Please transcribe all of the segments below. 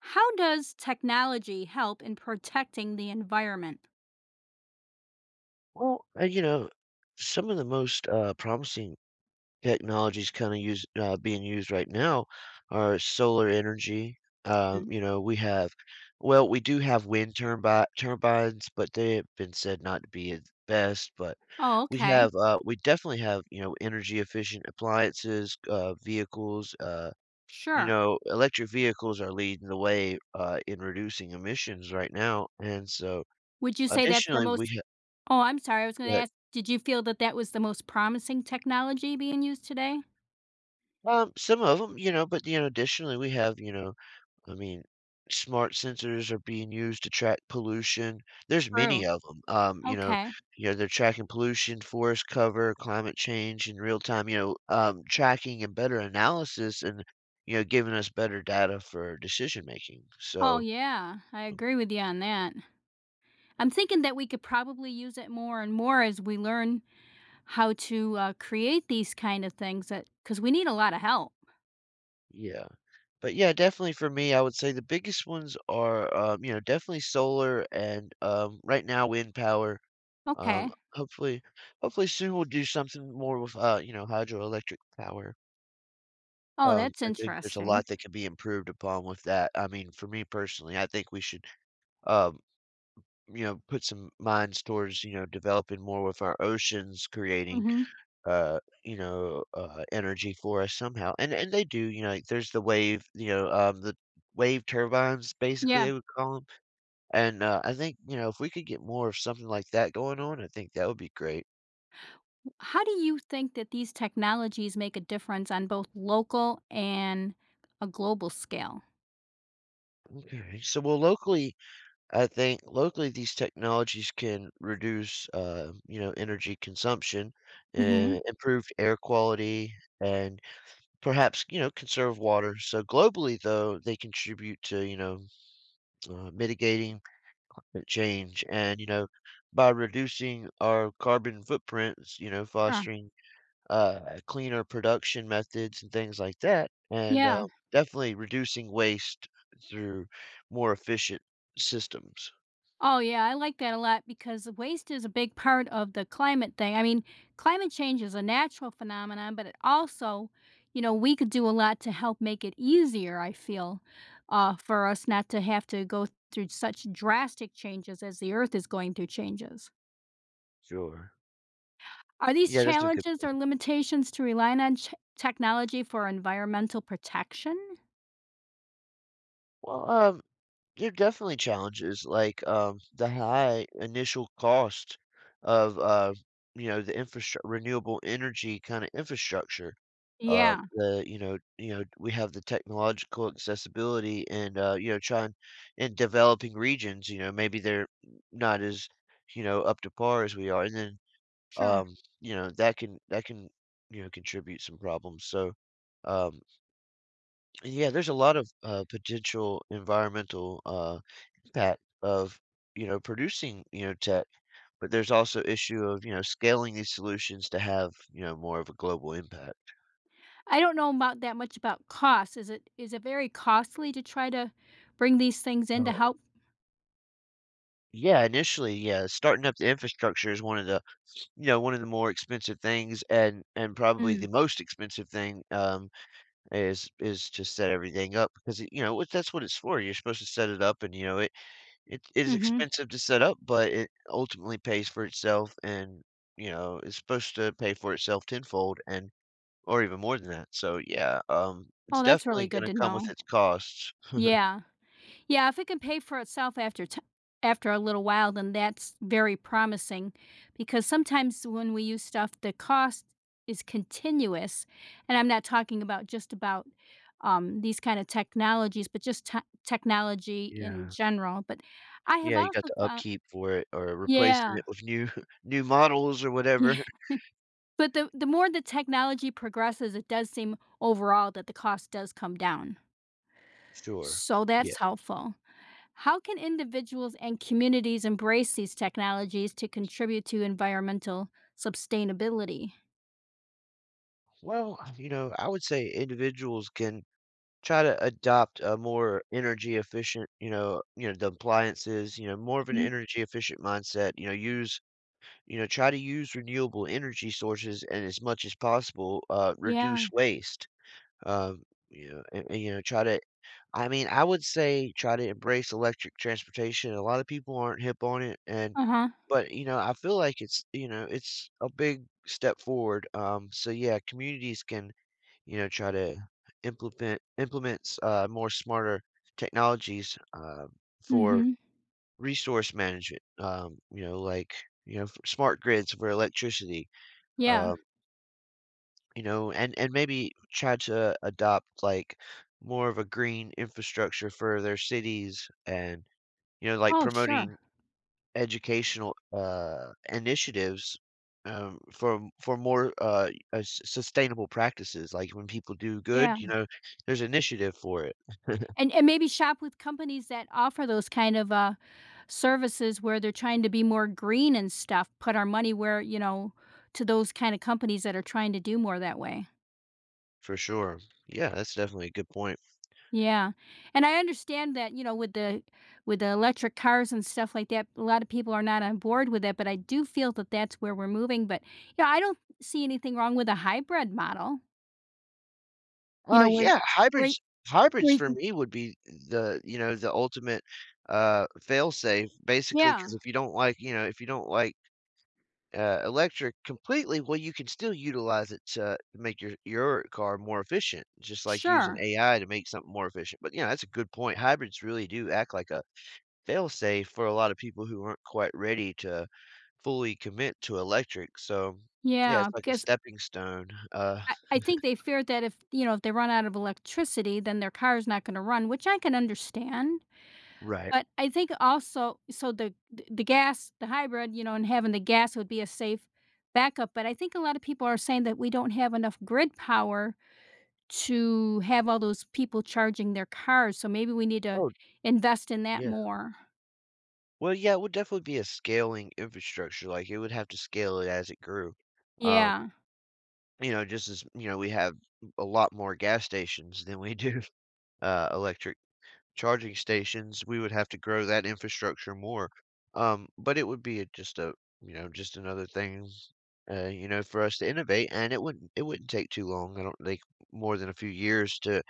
How does technology help in protecting the environment? Well, uh, you know, some of the most promising technologies kind of use being used right now are solar energy. Mhm. We have, well, we do have wind turbines, but they have been said not to be the best. But Oh, we okay. have, we definitely have, you know, energy efficient appliances, vehicles. Sure. Electric vehicles are leading the way in reducing emissions right now, and so Would you say that's the additionally, most— we Oh, I'm sorry. I was going to have. ask, did you feel that was the most promising technology being used today? Some of them, you know, but, you know, additionally, we have, I mean, smart sensors are being used to track pollution. There's many True. of them. Okay. They're tracking pollution, forest cover, climate change in real time, tracking and better analysis and, you know, giving us better data for decision making. Oh, So, yeah, I um, agree with you on that. I'm thinking that we could probably use it more and more as we learn how to create these kind of things that cuz we need a lot of help. yeah. But, yeah, definitely for me, I would say the biggest ones are, you know, definitely solar and, right now, wind power. Um, Okay. hopefully hopefully soon we'll do something more with, you know, hydroelectric power. Oh, that's I think there's a interesting. lot that could be improved upon with that. I mean, for me personally, I think we should, um, you know, put some minds towards, you know, developing more with our oceans, creating, Mhm. Energy for us somehow. And they do, you know, like there's the wave, the wave turbines, basically, Yeah. they would call them. And I think, you know, if we could get more of something like that going on, I think that would be great. How do you think that these technologies make a difference on both local and a global scale? Alright, so, well, locally, I think locally, these technologies can reduce, you know, energy consumption, Mhm. Improve air quality, and perhaps, you know, conserve water. So, globally, though, they contribute to, mitigating the change and, you know, by reducing our carbon footprints, you know, Sure. fostering cleaner production methods and things like that, and, Yeah. Definitely reducing waste through more efficient systems. Oh, yeah, I like that a lot because waste is a big part of the climate thing. I mean, climate change is a natural phenomenon, but it also, you know, we could do a lot to help make it easier, I feel, for us not to have to go through such drastic changes as the earth is going through changes. Sure. Are these Yeah, that's a good challenges or limitations to relying on ch technology for environmental protection? well, There are definitely challenges, like, the high initial cost of, you know, the infrastru renewable energy kinda infrastructure. Yeah, The you know, we have the technological accessibility and, you know, trying in developing regions, you know, maybe they're not as, you know, up to par as we are, and then, sure. um, you know, that can you know, contribute some problems, so, um yeah, there's a lot of potential environmental impact of you know producing you know tech, but there's also issue of you know scaling these solutions to have you know more of a global impact. I don't know about that much about costs. Is it very costly to try to bring these things in to Oh help? yeah, initially, yeah, starting up the infrastructure is one of the you know one of the more expensive things, and probably the Mm, most expensive thing is to set everything up because you know what that's what it's for. You're supposed to set it up, and you know it It is mhm. expensive to set up, but it ultimately pays for itself and, you know, it's supposed to pay for itself tenfold and or even more than that. So, yeah, it's Oh, that's really definitely good gonna to come with know. its costs. Yeah. Yeah, if it can pay for itself after ti— after a little while, then that's very promising because sometimes when we use stuff, the cost is continuous, and I'm not talking about just about, these kinda technologies, but just tech technology in Yeah. general, but I have Yeah, you got also the found— upkeep for it or replacing Yeah, it with new new models or yeah, whatever. but the more the technology progresses, it does seem overall that the cost does come down, Sure. so Yeah. that's helpful. How can individuals and communities embrace these technologies to contribute to environmental sustainability? Well, you know, I would say individuals can try to adopt a more energy efficient, the appliances, you know, more of an Mhm. energy efficient mindset, try to use renewable energy sources and as much as possible, reduce Yeah. waste. Um, you know, and, you know, try to, I mean, I would say try to embrace electric transportation. A lot of people aren't hip on it, and Uh-huh. but you know, I feel like it's you know, it's a big step forward. So yeah, communities can you know try to implement implements more smarter technologies for Mhm. resource management, you know, like, you know, smart grids for electricity, Yeah. um, you know, and maybe try to adopt like more of a green infrastructure for their cities and, you know, like Oh, promoting sure. educational initiatives for more sustainable practices. Like when people do good, Yeah. you know, there's initiative for it And maybe shop with companies that offer those kind of, services where they're trying to be more green and stuff, put our money where you know, to those kinda companies that are trying to do more that way. for sure. Yeah, that's definitely a good point. Yeah, and I understand that, you know, with the electric cars and stuff like that, a lot of people are not on board with that, but I do feel that that's where we're moving, but, yeah, I don't see anything wrong with a hybrid model, you Uh, know, where yeah, where hybrids hybrids where you for can— me would be the, you know, the ultimate fail-safe basically Yeah, because if you don't like, you know, if you don't like electric completely, well you can still utilize it to make your car more efficient, just like using sure. AI to make something more efficient. But yeah, that's a good point. Hybrids really do act like a fail-safe for a lot of people who aren't quite ready to fully commit to electric. So, yeah, Yeah, it's like a because stepping stone. I think they fear that if, you know, if they run out of electricity, then their car's not gonna run, which I can understand. right. But I think also so the gas, the hybrid, you know, and having the gas would be a safe backup, but I think a lot of people are saying that we don't have enough grid power to have all those people charging their cars, so maybe we need to Oh, invest in that yeah. more. Well, yeah, it would definitely be a scaling infrastructure, like, it would have to scale it as it grew. Um, Yeah. you know, just as you know, we have a lot more gas stations than we do, electric charging stations, we would have to grow that infrastructure more. But it would be a, just a you know, just another thing, you know, for us to innovate, and it wouldn't take too long, I don't think more than a few years to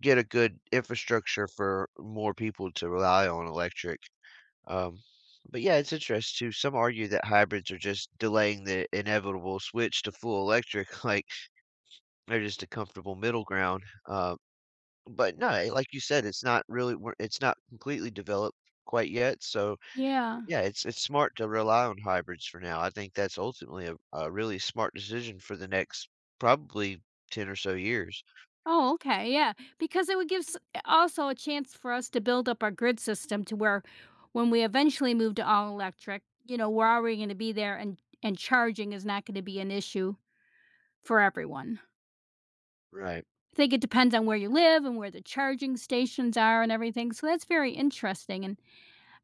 get a good infrastructure for more people to rely on electric. Um, but yeah, it's interesting too. Some argue that hybrids are just delaying the inevitable switch to full electric, like they're just a comfortable middle ground. But no, eh, like you said, it's not really it's not completely developed quite yet. So Yeah. yeah, it's smart to rely on hybrids for now. I think that's ultimately a really smart decision for the next probably 10 or so years. Oh, okay, yeah, because it would give s— also a chance for us to build up our grid system to where when we eventually move to all electric, you know, we're already gonna be there and charging is not gonna be an issue for everyone. Right. I think it depends on where you live and where the charging stations are and everything, so that's very interesting, and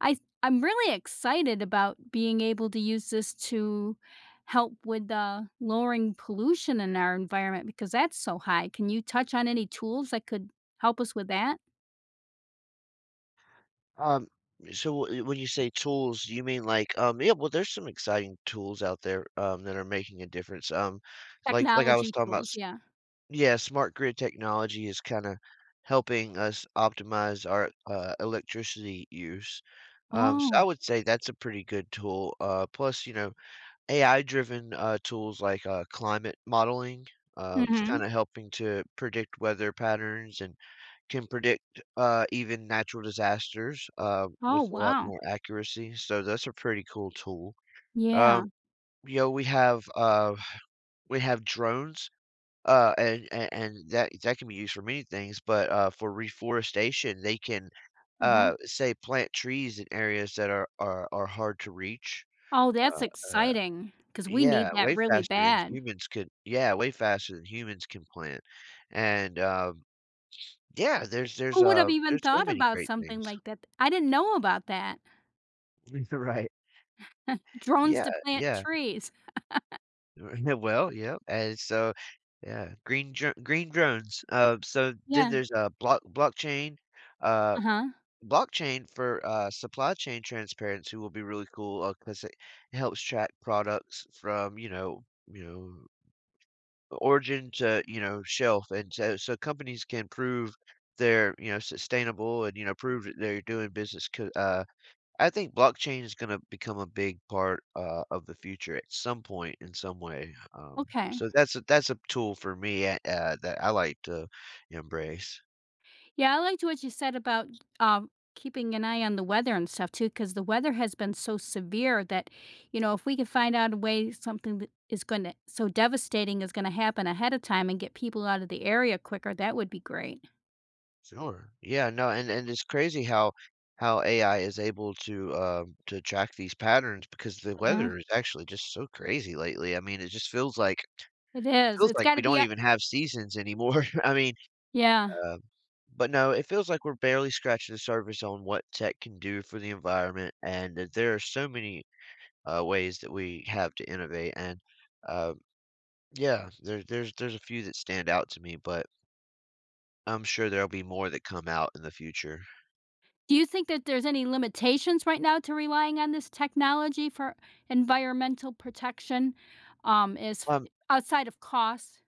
I I'm really excited about being able to use this to help with, lowering pollution in our environment because that's so high. Can you touch on any tools that could help us with that? Um, so w when you say tools, you mean like, yeah, well, there's some exciting tools out there, that are making a difference. I was Technology talking about, tools, yeah. yeah, smart grid technology is kind of helping us optimize our electricity use. So I Oh, would say that's a pretty good tool. Plus, you know, AI-driven tools like climate modeling, it's mhm. kind of helping to predict weather patterns and can predict, even natural disasters, Oh, with a lot wow. more accuracy, so that's a pretty cool tool. Um, Yeah, you know, we have drones, and that can be used for many things, but, for reforestation, they can, uh-huh. Say, plant trees in areas that are hard to reach. Oh, that's Uh, uh, exciting because we yeah, need that way really faster than bad. humans could yeah, way faster than humans can plant, and, yeah, Who would have even there's so thought many about great things. something like that? I didn't know about that. Right. Drones Yeah, to plant yeah. trees. Well, yeah, and so yeah, green drones. Uh, so then Yeah. there's a block blockchain, uh, Uh-huh. blockchain for supply chain transparency will be really cool 'cause it helps track products from, you know, origin to, you know, shelf. And so companies can prove they're, you know, sustainable and, you know, prove that they're doing business co I think blockchain is going to become a big part of the future at some point in some way. Okay. So that's that's a tool for me that I like to embrace. Yeah, I liked what you said about, um, keeping an eye on the weather and stuff too, because the weather has been so severe that, you know, if we could find out a way something that is gonna so devastating is gonna happen ahead of time and get people out of the area quicker, that would be great. Sure. Yeah. No. And it's crazy how AI is able to track these patterns because the Uh-huh. weather is actually just so crazy lately. I mean, it just feels like It is. feels It's like gotta we be don't a— even have seasons anymore. I mean, Yeah. Um, but no, it feels like we're barely scratching the surface on what tech can do for the environment, and that there are so many ways that we have to innovate. And um yeah, there's a few that stand out to me, but I'm sure there'll be more that come out in the future. Do you think that there's any limitations right now to relying on this technology for environmental protection, is Um, outside of cost?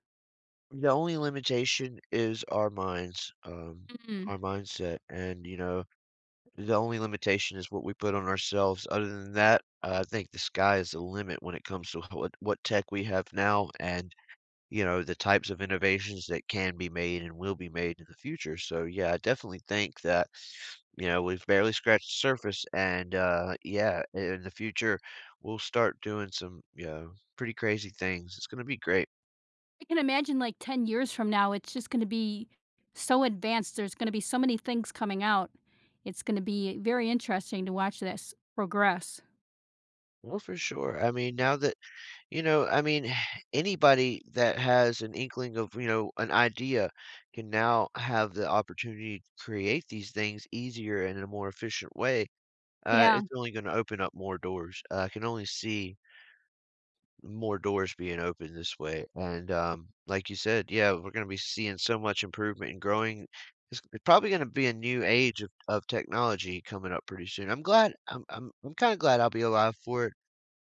the only limitation is our minds, Mm. our mindset, and you know, the only limitation is what we put on ourselves. Other than that, I think the sky is the limit when it comes to what tech we have now, and you know, the types of innovations that can be made and will be made in the future. So yeah, I definitely think that, you know, we've barely scratched the surface and yeah, in the future we'll start doing some, you know, pretty crazy things. It's going to be great. I can imagine like 10 years from now, it's just going to be so advanced. There's going to be so many things coming out. It's going to be very interesting to watch this progress. Well, for sure. I mean, now that, you know, I mean, anybody that has an inkling of, you know, an idea can now have the opportunity to create these things easier and in a more efficient way. Yeah. It's only going to open up more doors. I can only see more doors being open this way. And like you said, yeah, we're going to be seeing so much improvement and growing. It's probably going to be a new age of technology coming up pretty soon. I'm glad. I'm kind of glad I'll be alive for it.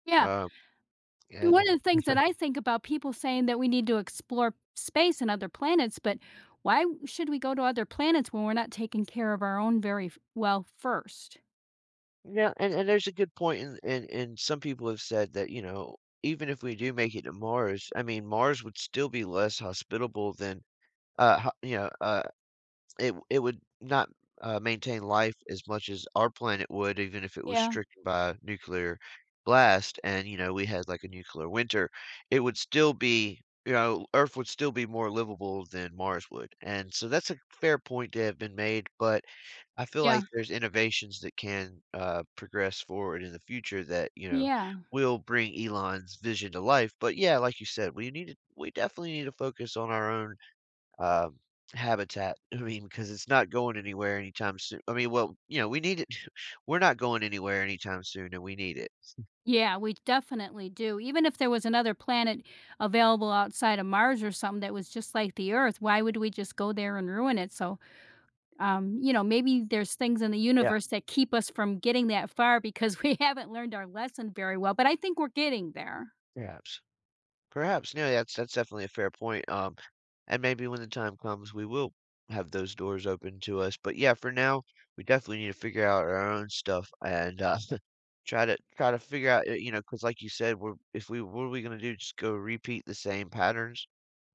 Yeah. Um, and One of the things that I think about people saying that we need to explore space and other planets, but why should we go to other planets when we're not taking care of our own very f- well first? yeah, and there's a good point in, in some people have said that you know even if we do make it to Mars, I mean Mars would still be less hospitable than uh ho- you know uh, It w it would not, maintain life as much as our planet would even if it was Yeah. stricken by nuclear blast and, you know, we had, like, a nuclear winter. It would still be you know, Earth would still be more livable than Mars would, and so that's a fair point to have been made, but I feel Yeah. like there's innovations that can, progress forward in the future that, you know, Yeah. will bring Elon's vision to life, but yeah, like you said, we definitely need to focus on our own um, habitat. I mean, because it's not going anywhere anytime soon. I mean, well, you know, we need it. We're not going anywhere anytime soon, and we need it. Yeah, we definitely do. Even if there was another planet available outside of Mars or something that was just like the Earth, why would we just go there and ruin it? So, you know, maybe there's things in the Yeah, universe that keep us from getting that far because we haven't learned our lesson very well. But I think we're getting there. perhaps, perhaps. No, that's definitely a fair point. And maybe when the time comes, we will have those doors open to us. But yeah, for now, we definitely need to figure out our own stuff and try to figure out. You know, because like you said, we're if we what are we gonna do? Just go repeat the same patterns?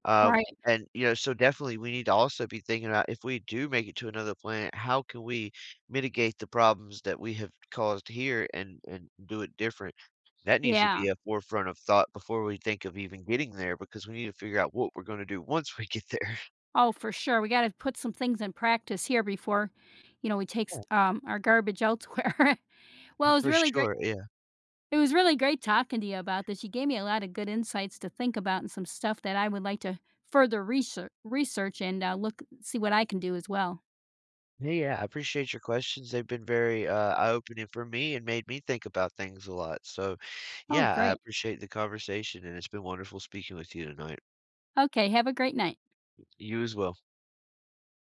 Um, Right. and you know, so definitely we need to also be thinking about if we do make it to another planet, how can we mitigate the problems that we have caused here and do it different? That needs to Yeah. be a forefront of thought before we think of even getting there because we need to figure out what we're going to do once we get there. Oh, for sure. We got to put some things in practice here before, you know, we take s- our garbage elsewhere. Well, it was For really great. sure. Yeah. It was really great talking to you about this. You gave me a lot of good insights to think about and some stuff that I would like to further research and, look see what I can do as well. Hey, yeah, I appreciate your questions. They've been very eye-opening for me and made me think about things a lot. So, Oh, yeah, I great. appreciate the conversation and it's been wonderful speaking with you tonight. Okay, have a great night. You as well.